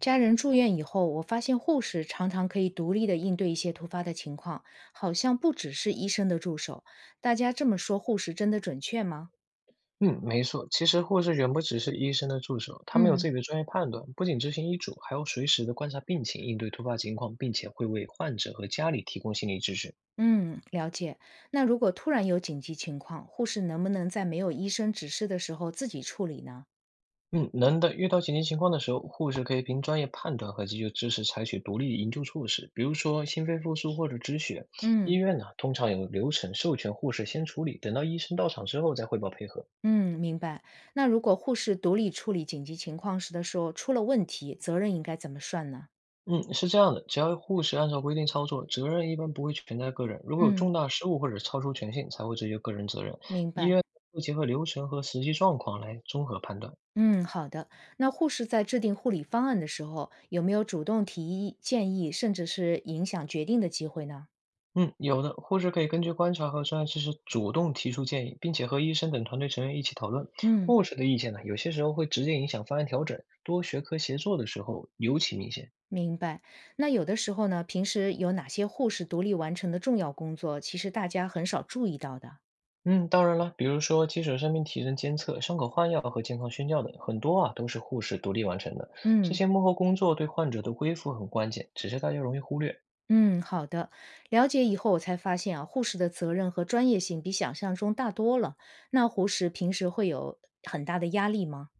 家人住院以后，我发现护士常常可以独立的应对一些突发的情况，好像不只是医生的助手。大家这么说，护士真的准确吗？嗯，没错。其实护士远不只是医生的助手，他们有嗯，自己的专业判断，不仅执行医嘱，还要随时的观察病情，应对突发情况，并且会为患者和家里提供心理支持。嗯，了解。那如果突然有紧急情况，护士能不能在没有医生指示的时候自己处理呢？嗯，能的。遇到紧急情况的时候，护士可以凭专业判断和急救知识采取独立营救措施，比如说心肺复苏或者止血。医嗯，院呢，通常有流程授权护士先处理，等到医生到场之后再汇报配合。嗯，明白。那如果护士独立处理紧急情况时的时候出了问题，责任应该怎么算呢？嗯，是这样的，只要护士按照规定操作，责任一般不会全在个人。如果有嗯，重大失误或者超出权限，才会追究个人责任。明医白。院会结合流程和实际状况来综合判断。嗯，好的。那护士在制定护理方案的时候，有没有主动提议、建议，甚至是影响决定的机会呢？嗯，有的护士可以根据观察和专业知识主动提出建议，并且和医生等团队成员一起讨论。嗯，护士的意见呢，有些时候会直接影响方案调整，多学科协作的时候尤其明显。明白。那有的时候呢，平时有哪些护士独立完成的重要工作，其实大家很少注意到的？嗯，当然了，比如说基础生命体征监测、伤口换药和健康宣教等，很多啊都是护士独立完成的。这嗯，些幕后工作对患者的恢复很关键，只是大家容易忽略。嗯，好的。了解以后，我才发现啊，护士的责任和专业性比想象中大多了。那护士平时会有很大的压力吗？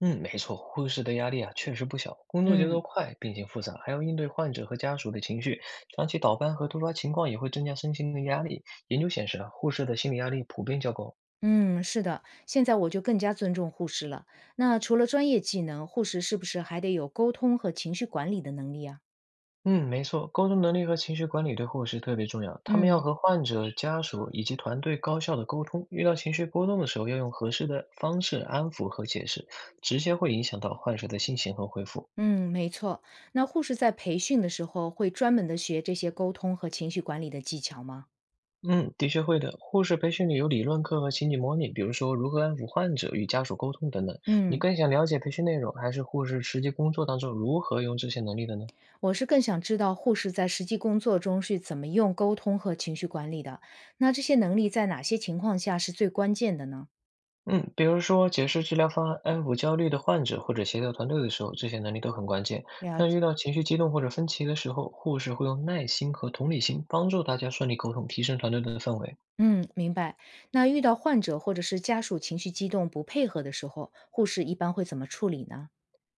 嗯，没错，护士的压力啊确实不小，工作节嗯。奏快，病情复杂，还要应对患者和家属的情绪，长期倒班和突发情况也会增加身心的压力。研究显示啊，护士的心理压力普遍较高。嗯，是的，现在我就更加尊重护士了。那除了专业技能，护士是不是还得有沟通和情绪管理的能力啊？嗯，没错，沟通能力和情绪管理对护士特别重要。他们要嗯，和患者、家属以及团队高效的沟通，遇到情绪波动的时候，要用合适的方式安抚和解释，直接会影响到患者的心情和恢复。嗯，没错。那护士在培训的时候会专门的学这些沟通和情绪管理的技巧吗？嗯，的确会的。护士培训里有理论课和情景模拟，比如说如何安抚患者与家属沟通等等。你嗯，更想了解培训内容，还是护士实际工作当中如何用这些能力的呢？我是更想知道护士在实际工作中是怎么用沟通和情绪管理的。那这些能力在哪些情况下是最关键的呢？嗯，比如说解释治疗方案、安抚焦虑的患者或者协调团队的时候，这些能力都很关键。了那遇解。到情绪激动或者分歧的时候，护士会用耐心和同理心帮助大家顺利沟通，提升团队的氛围。嗯，明白。那遇到患者或者是家属情绪激动不配合的时候，护士一般会怎么处理呢？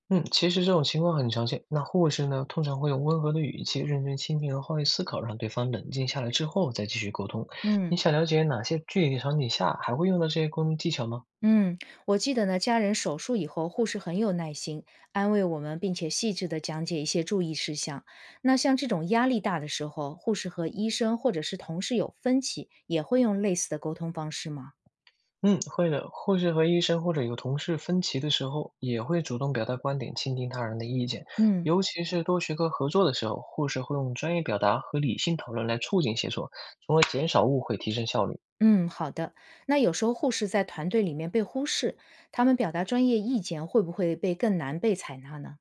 嗯，其实这种情况很常见。那护士呢，通常会用温和的语气、认真倾听和换位思考，让对方冷静下来之后再继续沟通。你嗯，想了解哪些具体场景下还会用到这些沟通技巧吗？嗯，我记得呢，家人手术以后，护士很有耐心，安慰我们，并且细致的讲解一些注意事项。那像这种压力大的时候，护士和医生或者是同事有分歧，也会用类似的沟通方式吗？嗯，会的。护士和医生或者有同事分歧的时候，也会主动表达观点，倾听他人的意见。嗯尤其是多学科合作的时候，护士会用专业表达和理性讨论来促进协作，从而减少误会，提升效率。嗯，好的。那有时候护士在团队里面被忽视，他们表达专业意见会不会被更难被采纳呢？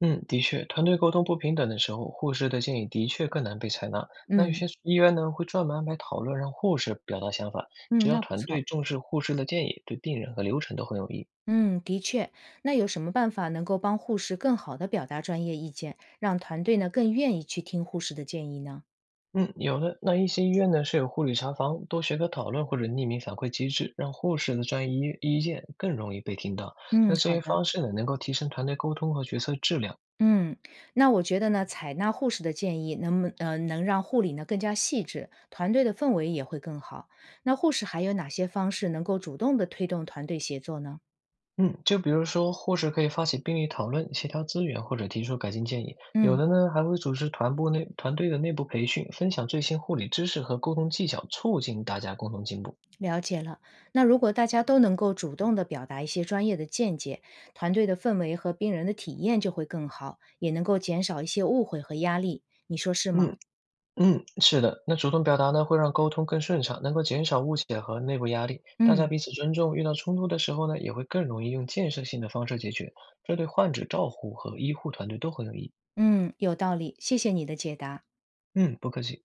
嗯，的确，团队沟通不平等的时候，护士的建议的确更难被采纳。那有嗯些医院呢，会专门安排讨论，让护士表达想法。嗯，只要那不团队错。重视护士的建议，对病人和流程都很有益。嗯，的确。那有什么办法能够帮护士更好的表达专业意见，让团队呢更愿意去听护士的建议呢？嗯，有的。那一些医院呢是有护理查房、多学科讨论或者匿名反馈机制，让护士的专业意见更容易被听到。嗯，那这好些的。方式呢，能够提升团队沟通和决策质量。嗯，那我觉得呢，采纳护士的建议，能不能让护理呢更加细致，团队的氛围也会更好。那护士还有哪些方式能够主动的推动团队协作呢？嗯，就比如说，护士可以发起病例讨论、协调资源或者提出改进建议，有嗯。的呢还会组织团队的内部培训，分享最新护理知识和沟通技巧，促进大家共同进步。了解了。那如果大家都能够主动的表达一些专业的见解，团队的氛围和病人的体验就会更好，也能够减少一些误会和压力。你说是吗？嗯，嗯，是的，那主动表达呢，会让沟通更顺畅，能够减少误解和内部压力。大家嗯彼此尊重，遇到冲突的时候呢，也会更容易用建设性的方式解决，这对患者照护和医护团队都很有益。嗯，有道理。谢谢你的解答。嗯，不客气。